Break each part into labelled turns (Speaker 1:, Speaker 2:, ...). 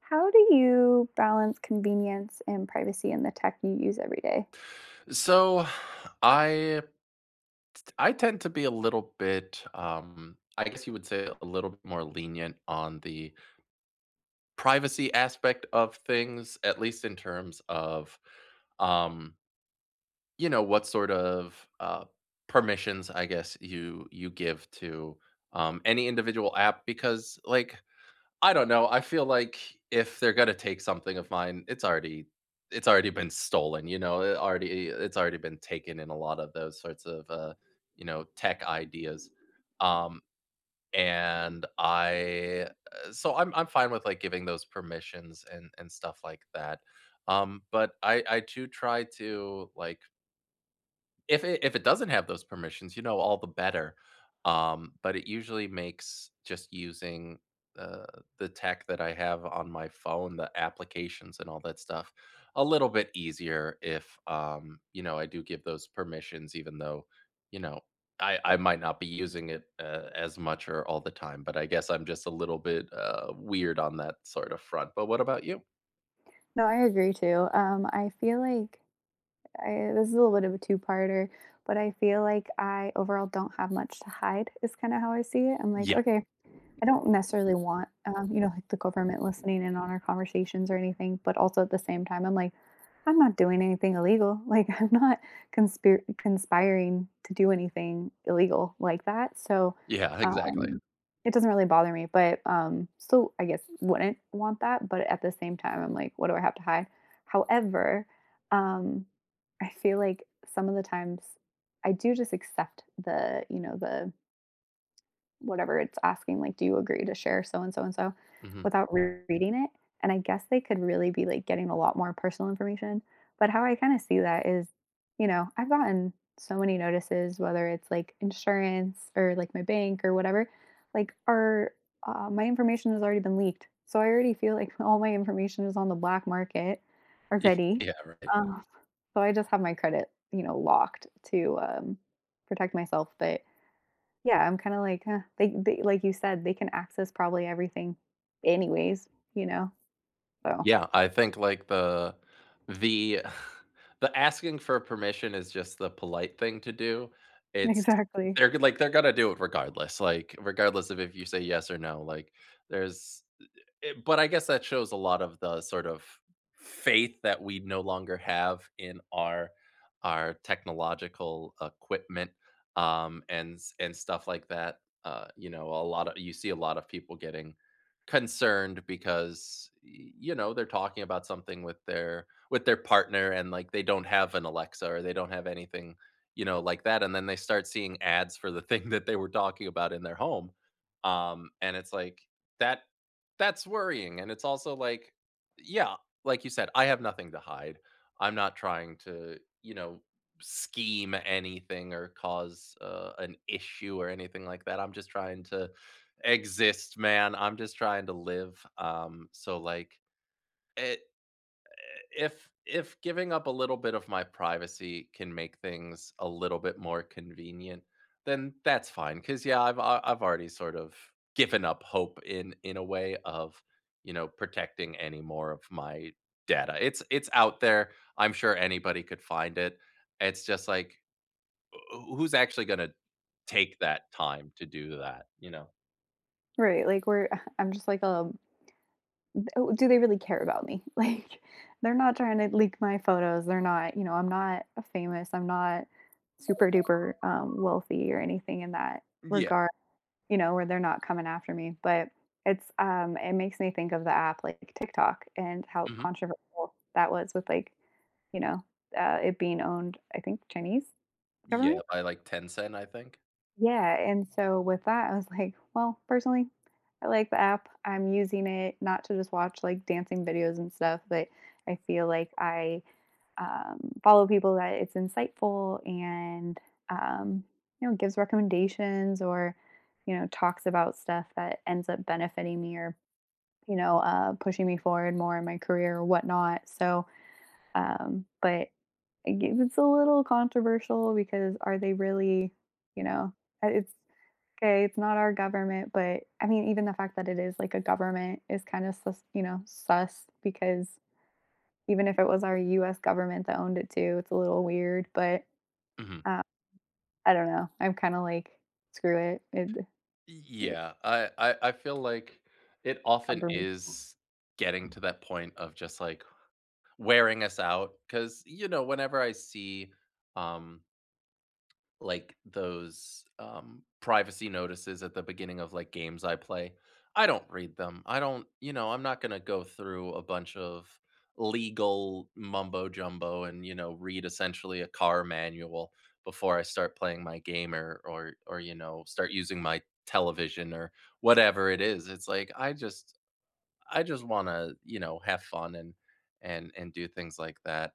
Speaker 1: How do you balance convenience and privacy in the tech you use every day?
Speaker 2: So I I tend to be a little bit I guess you would say a little bit more lenient on the privacy aspect of things, at least in terms of, um you know, what sort of permissions, I guess, you give to any individual app, because, like, I don't know. I feel like if they're gonna take something of mine, it's already been stolen, you know, it's already been taken in a lot of those sorts of tech ideas. Um and I so I'm fine with, like, giving those permissions and stuff like that. But I do try to, like, if it doesn't have those permissions, you know, all the better. But it usually makes just using, uh, the tech that I have on my phone, the applications and all that stuff, a little bit easier if, you know, I do give those permissions, even though, you know, I might not be using it, as much or all the time. But I guess I'm just a little bit, weird on that sort of front. But what about you?
Speaker 1: No, I agree too. I feel like this is a little bit of a two-parter, but I feel like I overall don't have much to hide is kind of how I see it. I'm like,
Speaker 2: Yeah.
Speaker 1: okay, I don't necessarily want, you know, like the government listening in on our conversations or anything, but also at the same time, I'm like, I'm not doing anything illegal. Like, I'm not conspiring to do anything illegal like that. So,
Speaker 2: Yeah, exactly.
Speaker 1: um, it doesn't really bother me, but still, I guess, wouldn't want that. But at the same time, I'm like, what do I have to hide? However, um, I feel like some of the times I do just accept the the whatever it's asking, like, do you agree to share so and so and so
Speaker 2: Mhm.
Speaker 1: without reading it? And I guess they could really be like getting a lot more personal information. But how I kind of see that is, you know, I've gotten so many notices, whether it's like insurance or like my bank or whatever, like, our my information has already been leaked. So I already feel like all my information is on the black market
Speaker 2: Ye
Speaker 1: already.
Speaker 2: yeah, right.
Speaker 1: Um, so I just have my credit, you know, locked to protect myself. But yeah, I'm kind of like, huh, like you said, they can access probably everything anyways, you know? So,
Speaker 2: Yeah, I think, like, the the asking for permission is just the polite thing to do. It's
Speaker 1: exactly.
Speaker 2: Like, they're gonna do it regardless. Like, regardless of if you say yes or no. There's but I guess that shows a lot of the sort of faith that we no longer have in our technological equipment, and and stuff like that. You know, a lot of you see a lot of people getting concerned because you know, they're talking about something with their partner, and, like, they don't have an Alexa or they don't have anything, you know, like that, and then they start seeing ads for the thing that they were talking about in their home, and it's like that that's worrying. And it's also like, yeah, like you said, I have nothing to hide. I'm not trying to, you know, scheme anything or cause, an issue or anything like that. I'm just trying to exist, man. I'm just trying to live. Like, it if giving up a little bit of my privacy can make things a little bit more convenient, then that's fine. Because, yeah, I've already sort of given up hope, in a way, of, you know, protecting any more of my data. It's out there. I'm sure anybody could find it. It's just like, who's actually going to take that time to do that? You know?
Speaker 1: Right. Like, I'm just like, oh, do they really care about me? Like, they're not trying to leak my photos. They're not, you know, I'm not famous. I'm not super duper wealthy or anything in that
Speaker 2: Yeah.
Speaker 1: regard. You know, where they're not coming after me. But it's it makes me think of the app like TikTok and how
Speaker 2: Hmm.
Speaker 1: controversial that was with like, you know, it being owned, I think, Chinese
Speaker 2: Yeah.
Speaker 1: government.
Speaker 2: By, like, Tencent, I think.
Speaker 1: Yeah. And so with that, I was like, well, personally, I like the app. I'm using it not to just watch like dancing videos and stuff, but I feel like I follow people that it's insightful and um, you know gives recommendations or you know talks about stuff that ends up benefiting me or you know, pushing me forward more in my career or whatnot so but it's a little controversial because are they really you know it's okay, it's not our government, but I mean even the fact that it is like a government is kind of sus, you know, sus because even if it was our US government that owned it too, it's a little weird, but,
Speaker 2: Mhm.
Speaker 1: uh, I don't know. I'm kinda like, "Screw it, it'd
Speaker 2: Yeah, I feel like it
Speaker 1: come
Speaker 2: often
Speaker 1: for me."
Speaker 2: is getting to that point of just like wearing us out, because, you know, whenever I see, um like those, privacy notices at the beginning of, like, games I play. I don't read them. I don't, You know, I'm not going to go through a bunch of legal mumbo jumbo and, you know, read essentially a car manual before I start playing my game, or you know, start using my television, or whatever it is. It's like, I just want to, you know, have fun and do things like that.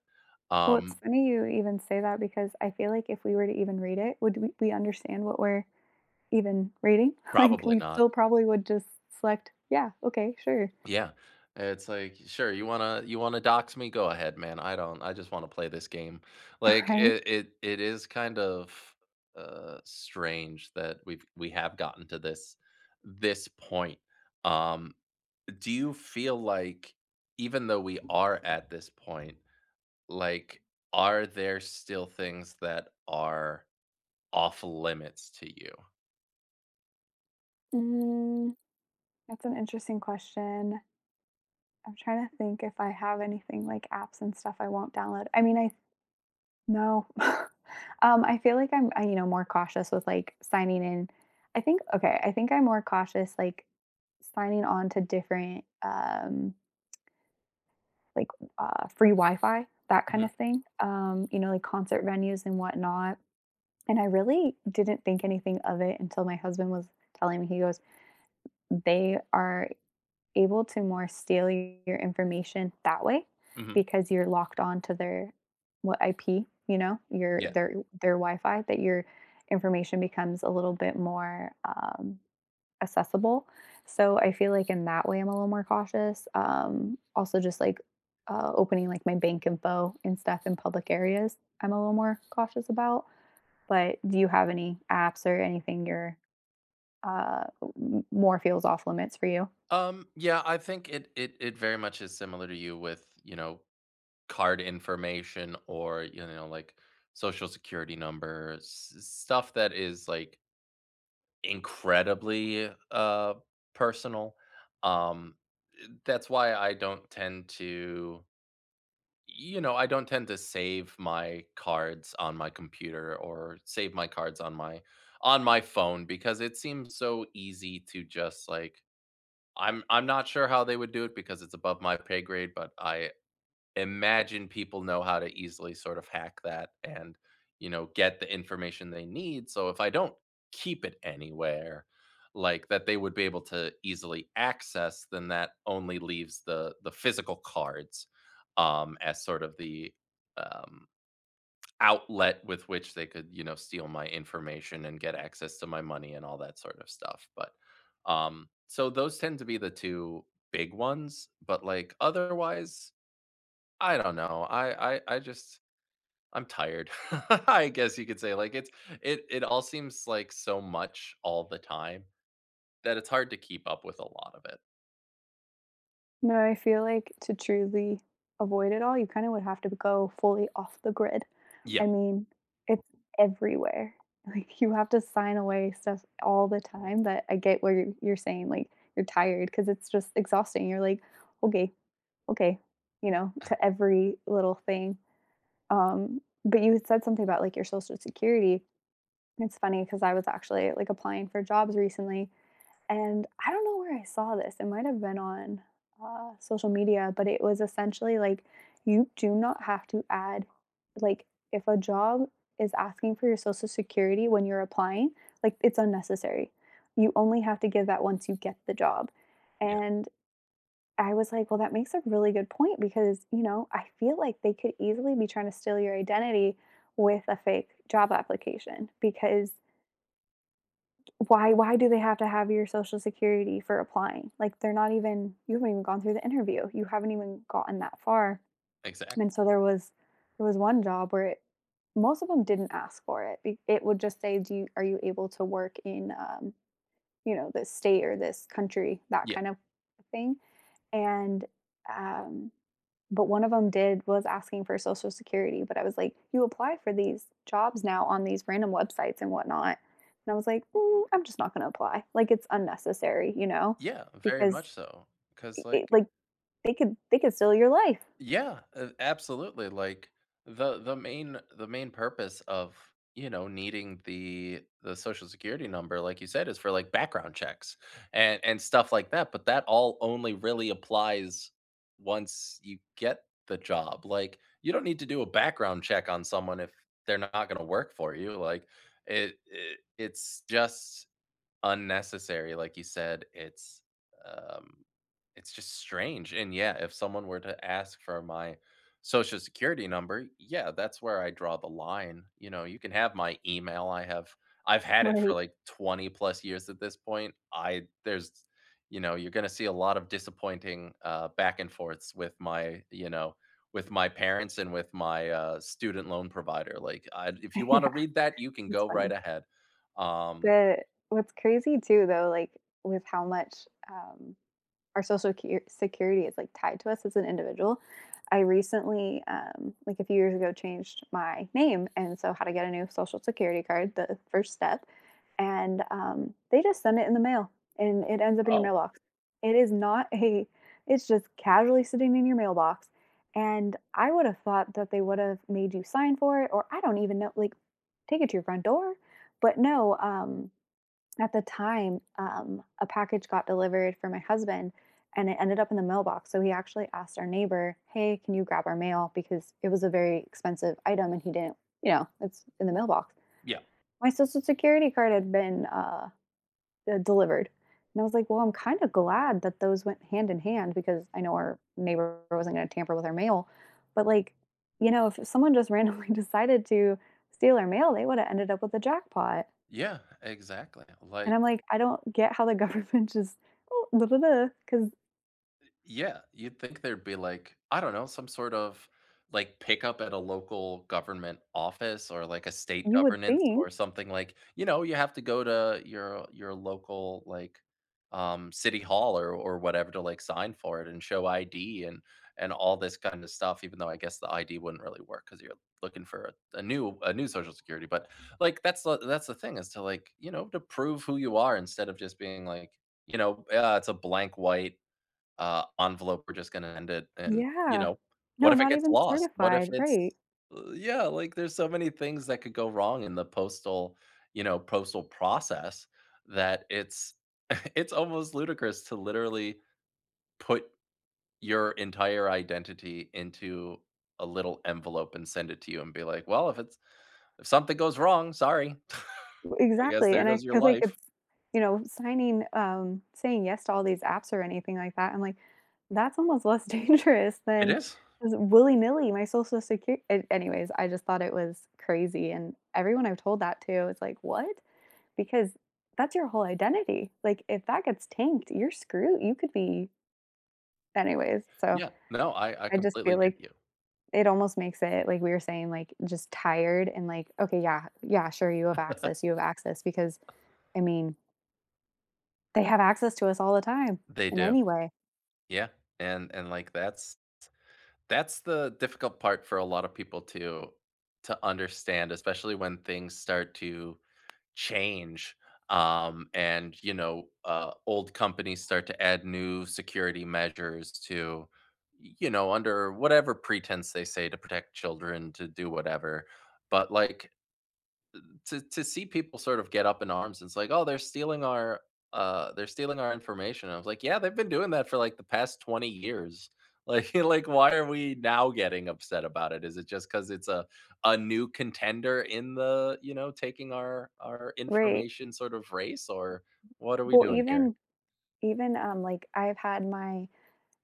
Speaker 1: Well, it's
Speaker 2: Um
Speaker 1: funny you even say that because I feel like if we were to even read it, would we understand what we're even reading? Like,
Speaker 2: Probably
Speaker 1: we
Speaker 2: not.
Speaker 1: still probably would just select, "Yeah, okay, sure."
Speaker 2: Yeah. It's like, "Sure, you wanna dox me? Go ahead, man. I don't I just wanna play this game." Like,
Speaker 1: Right?
Speaker 2: it is kind of, strange that we have gotten to this point. Um, do you feel like, even though we are at this point, like, are there still things that are off limits to you?
Speaker 1: Mm, that's an interesting question. I'm trying to think if I have anything like apps and stuff I won't download. I mean, I No. I feel like you know, more cautious with like signing in. I think, okay, I think I'm more cautious like signing on to different, like free Wi Fi, that kind
Speaker 2: Mhm.
Speaker 1: of thing, you know, like concert venues and whatnot. And I really didn't think anything of it until my husband was telling me, he goes, they are able to more steal your information that way
Speaker 2: Mhm.
Speaker 1: because you're locked on to their what IP, you know, your
Speaker 2: Yeah.
Speaker 1: their Wi-Fi that your information becomes a little bit more accessible. So I feel like in that way I'm a little more cautious. Also just like opening like my bank info and stuff in public areas, I'm a little more cautious about. But do you have any apps or anything you're uh, more feels off limits for you?
Speaker 2: Yeah, I think it very much is similar to you, with, you know, card information, or, you know, like, social security numbers. Stuff that is, like, incredibly personal. Um that's why I don't tend to you know, I don't tend to save my cards on my computer, or save my cards on my phone, because it seems so easy to just, like— I'm not sure how they would do it because it's above my pay grade, but I imagine people know how to easily sort of hack that, and, you know, get the information they need. So if I don't keep it anywhere like that they would be able to easily access, then that only leaves the physical cards, as sort of the— um outlet with which they could, you know, steal my information and get access to my money and all that sort of stuff. But so those tend to be the two big ones. But, like, otherwise, I don't know. I'm tired. I guess you could say, like, it all seems like so much all the time, that it's hard to keep up with a lot of it.
Speaker 1: No, I feel like to truly avoid it all, you kind of would have to go fully off the grid. I
Speaker 2: Yep.
Speaker 1: mean, it's everywhere. Like you have to sign away stuff all the time. But I get what you're saying. Like you're tired because it's just exhausting. You're like, okay, okay, you know, to every little thing. But you had said something about like your social security. It's funny because I was actually like applying for jobs recently and I don't know where I saw this. It might have been on social media, but it was essentially like you do not have to add, like, if a job is asking for your social security when you're applying, like, it's unnecessary. You only have to give that once you get the job.
Speaker 2: Yeah.
Speaker 1: And I was like, well, that makes a really good point because, you know, I feel like they could easily be trying to steal your identity with a fake job application because why do they have to have your social security for applying? Like they're not even you haven't even gone through the interview. You haven't even gotten that far.
Speaker 2: Exactly.
Speaker 1: And so there was one job where it, most of them didn't ask for it. It would just say, "Do you are you able to work in you know this state or this country?" That
Speaker 2: Yeah.
Speaker 1: kind of thing, and um but one of them did was asking for social security, but I was like you apply for these jobs now on these random websites and whatnot, and I was like, "Mm, I'm just not going to apply, like it's unnecessary, you know,
Speaker 2: Yeah, very
Speaker 1: because
Speaker 2: much so. Cuz,
Speaker 1: it,
Speaker 2: like—
Speaker 1: like they could steal your life."
Speaker 2: Yeah, absolutely. Like, the main purpose of, you know, needing the social security number, like you said, is for, like, background checks and stuff like that, but that all only really applies once you get the job. Like, you don't need to do a background check on someone if they're not going to work for you. Like, it's just unnecessary. Like you said, it's um just strange. And yeah, if someone were to ask for my social security number, yeah, that's where I draw the line. You know, you can have my email. I've had it for,
Speaker 1: Right.
Speaker 2: like, 20 plus years at this point. I there's You know, you're going to see a lot of disappointing back and forths with my— you know, with my parents and with my student loan provider. If you want to
Speaker 1: Yeah,
Speaker 2: read that, you can
Speaker 1: it's
Speaker 2: go right
Speaker 1: funny,
Speaker 2: ahead. Um
Speaker 1: the what's crazy too though, like with how much our social security is like tied to us as an individual. I recently, like a few years ago, changed my name, and so how to get a new social security card, the first step, and they just send it in the mail, and it ends up in your
Speaker 2: oh,
Speaker 1: mailbox. It is not a, it's just casually sitting in your mailbox, and I would have thought that they would have made you sign for it, or I don't even know, like take it to your front door, but no, at the time, a package got delivered for my husband and it ended up in the mailbox. So he actually asked our neighbor, "Hey, can you grab our mail?" Because it was a very expensive item and he didn't, you know, it's in the mailbox.
Speaker 2: yeah.
Speaker 1: My social security card had been delivered. And I was like, well, I'm kind of glad that those went hand in hand because I know our neighbor wasn't going to tamper with our mail. But like, you know, if someone just randomly decided to steal our mail, they would have ended up with a jackpot.
Speaker 2: Yeah, exactly.
Speaker 1: And
Speaker 2: Like—
Speaker 1: I'm like, "I don't get how the government just oh, blah,
Speaker 2: Yeah, you'd think there'd be, like, I don't know, some sort of, like, pickup at a local government office, or like a state
Speaker 1: you would
Speaker 2: governance,
Speaker 1: think..."
Speaker 2: or something, like, you know, you have to go to your local, like, city hall or whatever, to, like, sign for it and show ID, and all this kind of stuff, even though I guess the ID wouldn't really work because you're looking for a new social security. But, like, that's the thing, is to, like, you know, to prove who you are, instead of just being like, you know, it's a blank white envelope, we're just gonna end it, and, you
Speaker 1: Yeah.
Speaker 2: know— what
Speaker 1: No,
Speaker 2: if it
Speaker 1: not
Speaker 2: gets
Speaker 1: even
Speaker 2: lost? What if
Speaker 1: certified,
Speaker 2: it's
Speaker 1: right.
Speaker 2: Yeah, like, there's so many things that could go wrong in the postal— you know, postal process, that it's it's almost ludicrous to literally put your entire identity into a little envelope and send it to you and be like, "Well, if something goes wrong, sorry.
Speaker 1: W
Speaker 2: I guess
Speaker 1: exactly,
Speaker 2: there
Speaker 1: and I
Speaker 2: goes your
Speaker 1: feel like
Speaker 2: life."
Speaker 1: it's you know, signing, saying yes to all these apps or anything like that, I'm like, that's almost less dangerous
Speaker 2: It
Speaker 1: than
Speaker 2: is.
Speaker 1: just willy-nilly my social security. Anyways, I just thought it was crazy, and everyone I've told that to is like, "What?" Because that's your whole identity, like, if that gets tanked, you're screwed, you could be anyways, so
Speaker 2: Yeah. No, I
Speaker 1: I just
Speaker 2: completely
Speaker 1: feel
Speaker 2: get
Speaker 1: like
Speaker 2: you.
Speaker 1: it almost makes it like we were saying, like just tired and like, okay, yeah, yeah, sure, you have access because I mean, they have access to us all the time.
Speaker 2: They
Speaker 1: In
Speaker 2: do.
Speaker 1: any way.
Speaker 2: Yeah, and like, that's the difficult part for a lot of people to understand, especially when things start to change, and, you know, old companies start to add new security measures to, you know, under whatever pretense they say, to protect children, to do whatever. But, like, to see people sort of get up in arms, it's like, "Oh, they're stealing our— they're stealing our information." And I was like, yeah, they've been doing that for, like, the past 20 years. Like like, why are we now getting upset about it? Is it just because it's a new contender in the, you know, taking our
Speaker 1: Right.
Speaker 2: information sort of race, or what are we
Speaker 1: Well,
Speaker 2: doing here?
Speaker 1: even even like I've had my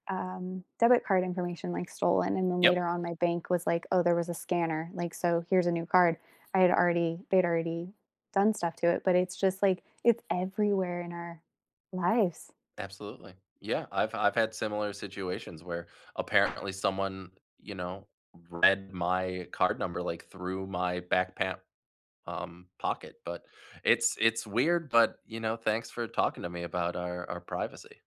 Speaker 1: debit card information like stolen and then
Speaker 2: Yep.
Speaker 1: later on my bank was like, "Oh, there was a scanner. Like so here's a new card." I had already they'd already done stuff to it, but it's just like it's everywhere in our lives.
Speaker 2: Absolutely. Yeah, I've had similar situations where apparently someone, you know, read my card number, like, through my back pocket. But it's weird. But, you know, thanks for talking to me about our privacy.